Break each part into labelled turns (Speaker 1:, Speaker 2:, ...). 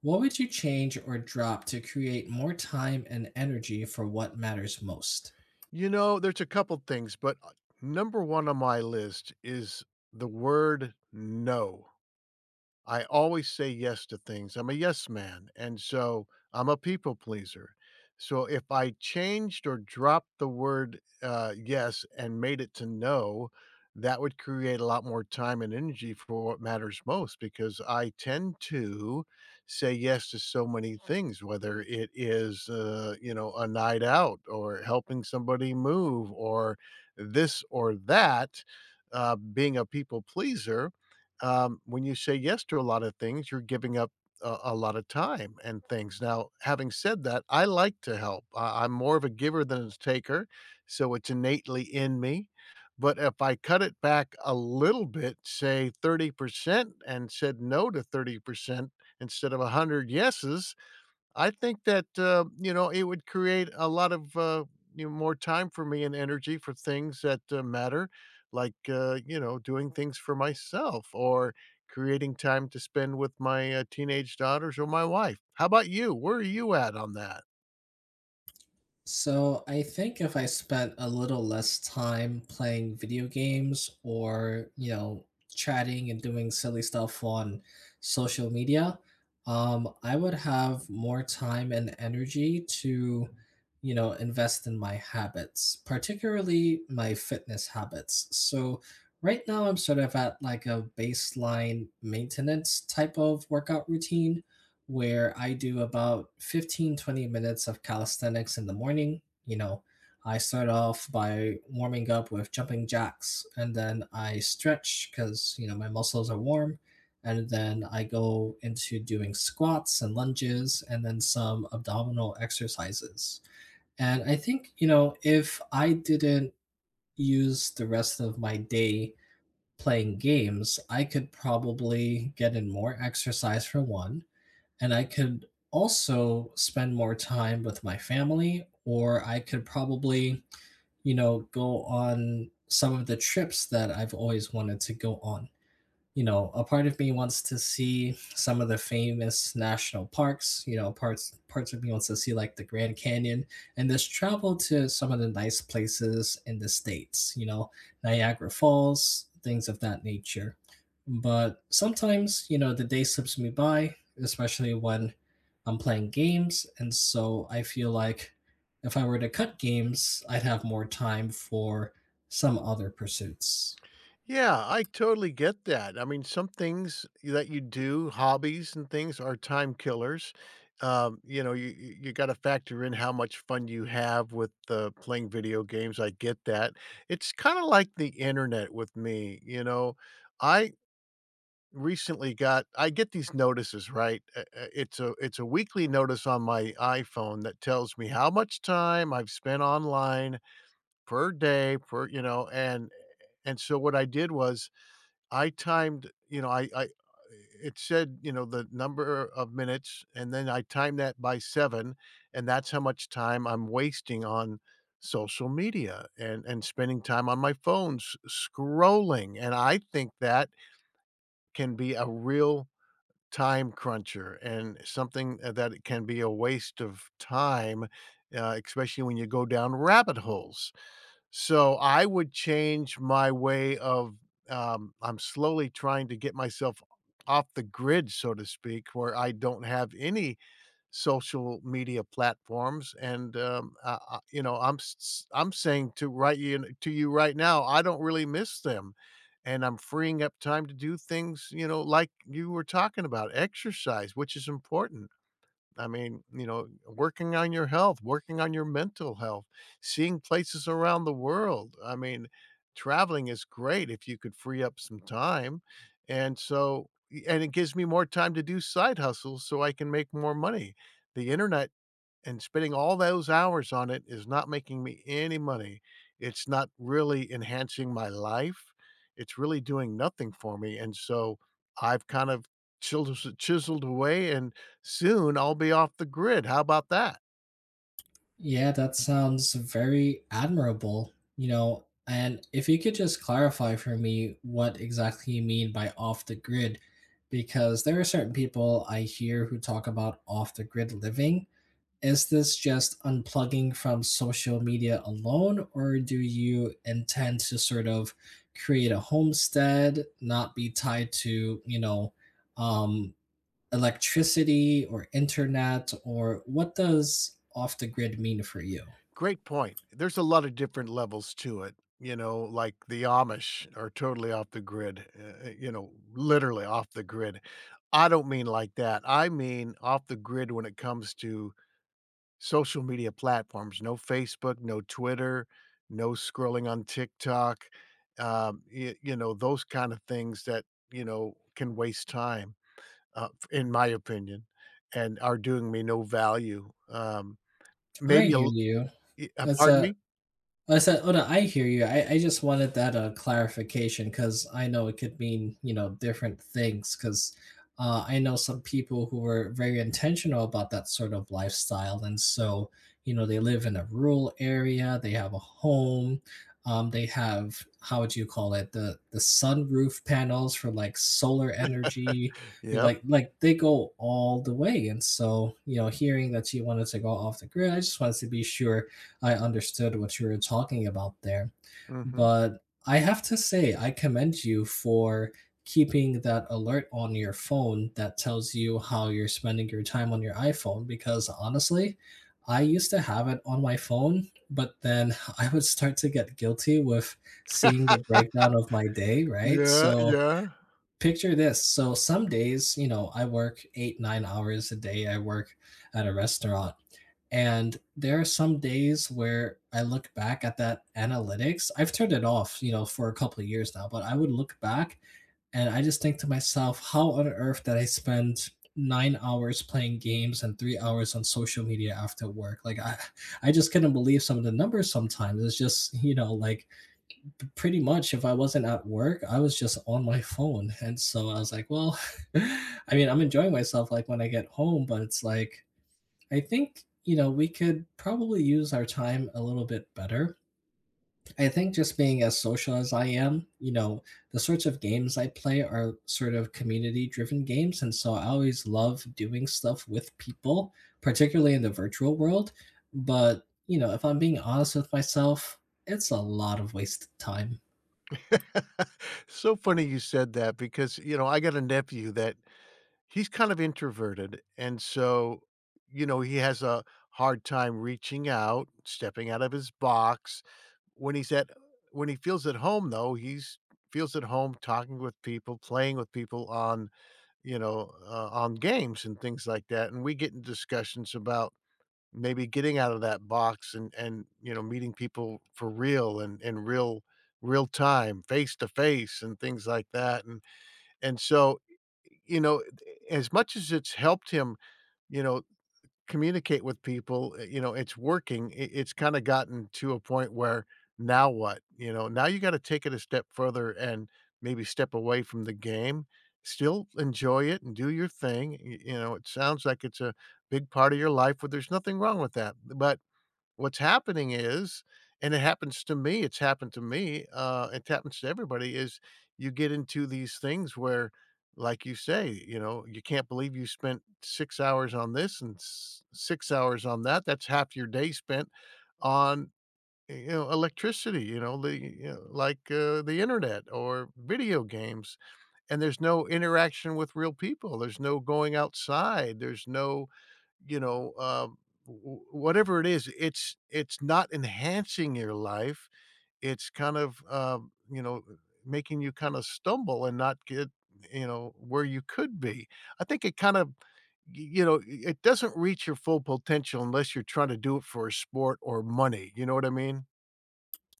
Speaker 1: What would you change or drop to create more time and energy for what matters most?
Speaker 2: There's a couple things, but, number 1 on my list is the word "no." I always say yes to things. I'm a yes man. And so I'm a people pleaser. So if I changed or dropped the word yes and made it to no, that would create a lot more time and energy for what matters most because I tend to say yes to so many things, whether it is, a night out or helping somebody move or this or that, being a people pleaser. When you say yes to a lot of things, you're giving up a lot of time and things. Now, having said that, I like to help. I'm more of a giver than a taker, so it's innately in me. But if I cut it back a little bit, say 30%, and said no to 30% instead of 100 yeses, I think that, it would create a lot of, more time for me and energy for things that matter, like, doing things for myself or creating time to spend with my teenage daughters or my wife. How about you? Where are you at on that?
Speaker 1: So I think if I spent a little less time playing video games or, chatting and doing silly stuff on social media, I would have more time and energy to, invest in my habits, particularly my fitness habits. So right now I'm sort of at like a baseline maintenance type of workout routine where I do about 15 to 20 minutes of calisthenics in the morning. I start off by warming up with jumping jacks, and then I stretch because, my muscles are warm. And then I go into doing squats and lunges and then some abdominal exercises. And I think, if I didn't use the rest of my day playing games, I could probably get in more exercise for one, and I could also spend more time with my family, or I could probably, go on some of the trips that I've always wanted to go on. A part of me wants to see some of the famous national parks. Parts of me wants to see like the Grand Canyon and just travel to some of the nice places in the states. Niagara Falls, things of that nature. But sometimes, the day slips me by, especially when I'm playing games, and so I feel like if I were to cut games, I'd have more time for some other pursuits.
Speaker 2: Yeah, I totally get that. I mean, some things that you do, hobbies and things, are time killers. You got to factor in how much fun you have with playing video games. I get that. It's kind of like the internet with me. You know, I recently got I get these notices, right? It's a weekly notice on my iPhone that tells me how much time I've spent online per day, and so what I did was. I timed you know, I it said, the number of minutes, and then I timed that by 7, and that's how much time I'm wasting on social media and spending time on my phones scrolling, and I think that can be a real time cruncher and something, that it can be a waste of time, especially when you go down rabbit holes. So I would change my way of. I'm slowly trying to get myself off the grid, so to speak, where I don't have any social media platforms. And I'm saying to right you to you right now, I don't really miss them, and I'm freeing up time to do things like you were talking about, exercise, which is important. I mean, working on your health, working on your mental health, seeing places around the world. I mean, traveling is great if you could free up some time. And so, and it gives me more time to do side hustles so I can make more money. The internet and spending all those hours on it is not making me any money. It's not really enhancing my life. It's really doing nothing for me. And so I've kind of chiseled away, and soon I'll be off the grid. How about that?
Speaker 1: Yeah, that sounds very admirable. And if you could just clarify for me what exactly you mean by off the grid, because there are certain people I hear who talk about off the grid living. Is this just unplugging from social media alone, or do you intend to sort of create a homestead, not be tied to, um, electricity or internet, or what does off the grid mean for you?
Speaker 2: Great point. There's a lot of different levels to it. Like the Amish are totally off the grid, literally off the grid. I don't mean like that. I mean off the grid when it comes to social media platforms. No Facebook, no Twitter, no scrolling on TikTok, those kind of things that, can waste time, in my opinion, and are doing me no value.
Speaker 1: I
Speaker 2: Maybe a,
Speaker 1: hear
Speaker 2: l-
Speaker 1: you.
Speaker 2: y-
Speaker 1: It's
Speaker 2: pardon
Speaker 1: a
Speaker 2: me?
Speaker 1: Like I said, "Oh no, I hear you. I just wanted that clarification, because I know it could mean different things. Because I know some people who were very intentional about that sort of lifestyle, and so they live in a rural area, they have a home, they have, how would you call it, the sunroof panels for like solar energy,
Speaker 2: Yep.
Speaker 1: like they go all the way. And so hearing that you wanted to go off the grid, I just wanted to be sure I understood what you were talking about there.
Speaker 2: Hmm.
Speaker 1: But I have to say, I commend you for keeping that alert on your phone that tells you how you're spending your time on your iPhone, because honestly, I used to have it on my phone, but then I would start to get guilty with seeing the breakdown of my day, right?
Speaker 2: Yeah,
Speaker 1: So
Speaker 2: yeah.
Speaker 1: picture this. So some days, I work 8 or 9 hours a day. I work at a restaurant, and there are some days where I look back at that analytics. I've turned it off, for a couple of years now, but I would look back and I just think to myself, how on earth did I spend 9 hours playing games and 3 hours on social media after work? Like I just couldn't believe some of the numbers sometimes. It's just, like pretty much if I wasn't at work, I was just on my phone. And so I was like, well, I mean, I'm enjoying myself like when I get home, but it's like I think, we could probably use our time a little bit better. I think just being as social as I am, the sorts of games I play are sort of community driven games. And so I always love doing stuff with people, particularly in the virtual world. But, if I'm being honest with myself, it's a lot of wasted time.
Speaker 2: So funny you said that because, I got a nephew that he's kind of introverted, and so, he has a hard time reaching out, stepping out of his box. When he's at when he feels at home though, he's feels at home talking with people, playing with people on games and things like that, and we get in discussions about maybe getting out of that box and meeting people for real and real time, face to face and things like that, and so, you know, as much as it's helped him, you know, communicate with people, it's working. It's kind of gotten to a point where now what? Now you got to take it a step further and maybe step away from the game. Still enjoy it and do your thing. It sounds like it's a big part of your life, but there's nothing wrong with that. But what's happening is, and it happens to me, it's happened to me, it happens to everybody, is you get into these things where, like you say, "You can't believe you spent 6 hours on this and s 6 hours on that." That's half your day spent on, electricity, the you know, like, the Internet or video games, and there's no interaction with real people. There's no going outside. There's no you know, w whatever it is, it's not enhancing your life. It's kind of, making you kinda stumble and not get, where you could be. I think it kind of y you know, I it doesn't reach your full potential unless you're trying to do it for a sport or money, you know what I mean?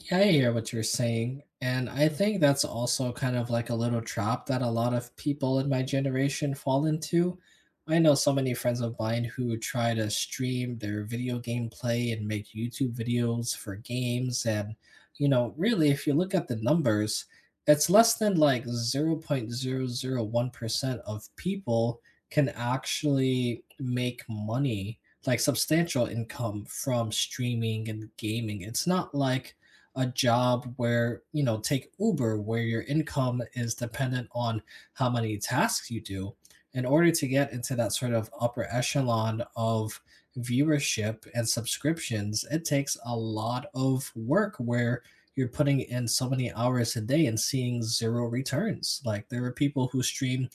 Speaker 1: Yeah, I hear what you're saying. And I think that's also kind of like a little trap that a lot of people in my generation fall into. I know so many friends of mine who try to stream their video game play and make YouTube videos for games. And, really, if you look at the numbers, it's less than like 0.001% of people can actually make money, like substantial income from streaming and gaming. It's not like a job where take Uber, where your income is dependent on how many tasks you do. In order to get into that sort of upper echelon of viewership and subscriptions, it takes a lot of work where you're putting in so many hours a day and seeing zero returns. Like, there are people who stream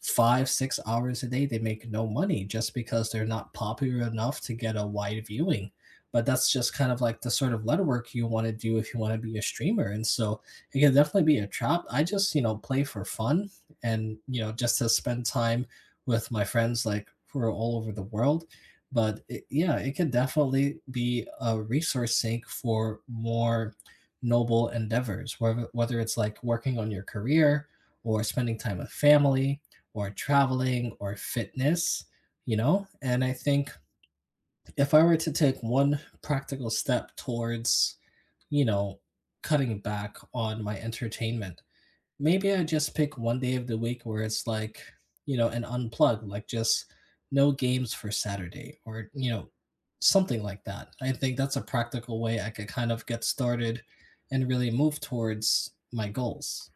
Speaker 1: 5 to 6 hours a day. They make no money just because they're not popular enough to get a wide viewing, but that's just kind of like the sort of letter work you want to do if you want to be a streamer. And so it can definitely be a trap. I just, play for fun, and just to spend time with my friends, like, who are all over the world. But it, yeah, it can definitely be a resource sink for more noble endeavors, whether it's like working on your career or spending time with family or traveling or fitness, and I think if I were to take one practical step towards, you know, cutting back on my entertainment, maybe I just pick one day of the week where it's like, an unplug, like just no games for Saturday or, something like that. I think that's a practical way I could kind of get started and really move towards my goals.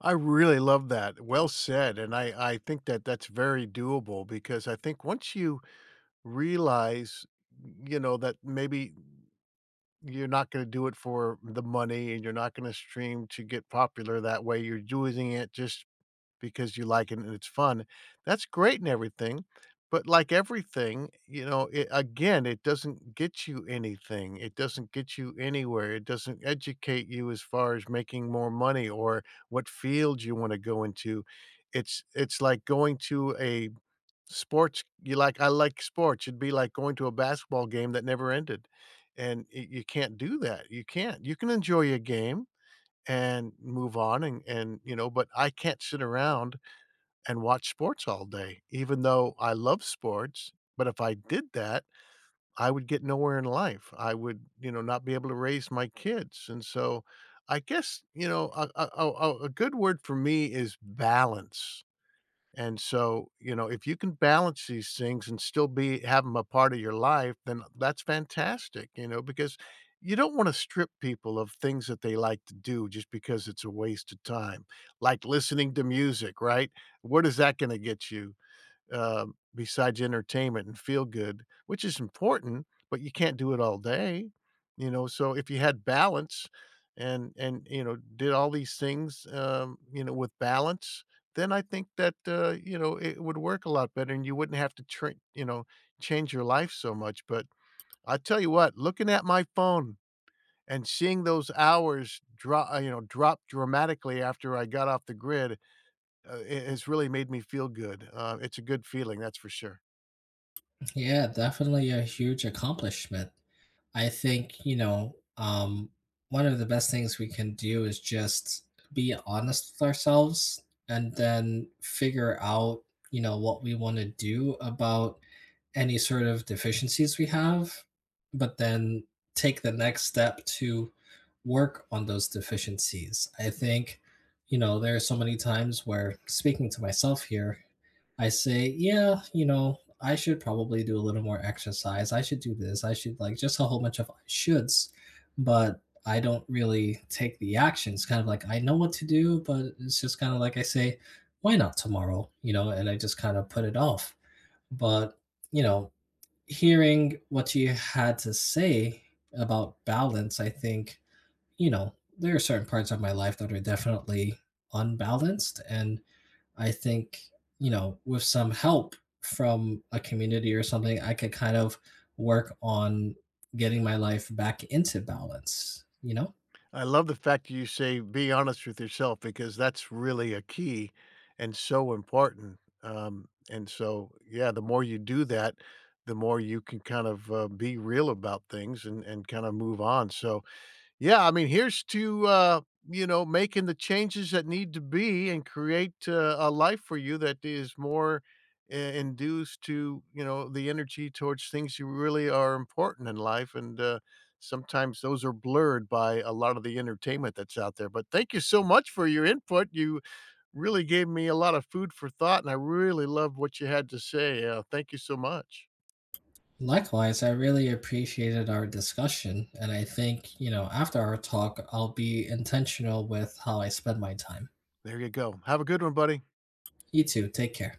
Speaker 2: I really love that. Well said, and I think that that's very doable because I think once you realize, that maybe you're not gonna do it for the money, and you're not gonna stream to get popular that way, you're doing it just because you like it and it's fun. That's great and everything, but like everything, it again, it doesn't get you anything, it doesn't get you anywhere, it doesn't educate you as far as making more money or what field you wanna go into. It's like going to a sports you like. I like sports. It'd be like going to a basketball game that never ended, and y you can't do that. You can't. You can enjoy a game and move on, but I can't sit around and watch sports all day, even though I love sports, but if I did that, I would get nowhere in life. I would, not be able to raise my kids, and so I guess, a good word for me is balance. And so, if you can balance these things and still be have them a part of your life, then that's fantastic, because you don't want to strip people of things that they like to do just because it's a waste of time. Like listening to music, right? Where is that going to get you? Besides entertainment and feel good, which is important, but you can't do it all day. So if you had balance, and did all these things, with balance, then I think that it would work a lot better, and you wouldn't have to change your life so much. But I tell you what, looking at my phone and seeing those hours drop, drop dramatically after I got off the grid, it has really made me feel good. It's a good feeling, that's for sure.
Speaker 1: Yeah, definitely a huge accomplishment. I think, one of the best things we can do is just be honest with ourselves and then figure out, what we want to do about any sort of deficiencies we have, but then take the next step to work on those deficiencies. I think, there are so many times where, speaking to myself here, I say, yeah, I should probably do a little more exercise. I should do this. I should, like, just a whole bunch of I shoulds, but I don't really take the actions. Kind of like I know what to do, but it's just kind of like I say, why not tomorrow? And I just kind of put it off. But, you know, hearing what you had to say about balance, I think, there are certain parts of my life that are definitely unbalanced, and I think, with some help from a community or something, I could kind of work on getting my life back into balance, you know?
Speaker 2: I love the fact you say be honest with yourself because that's really a key and so important. And so, yeah, the more you do that, the more you can kind of be real about things and kind of move on. So, yeah, I mean, here's to, making the changes that need to be and create, a life for you that is more I induced to, the energy towards things you really are important in life, and, sometimes those are blurred by a lot of the entertainment that's out there, but thank you so much for your input. You really gave me a lot of food for thought, and I really loved what you had to say. Thank you so much.
Speaker 1: Likewise, I really appreciated our discussion. And I think, after our talk, I'll be intentional with how I spend my time.
Speaker 2: There you go. Have a good one, buddy.
Speaker 1: You too. Take care.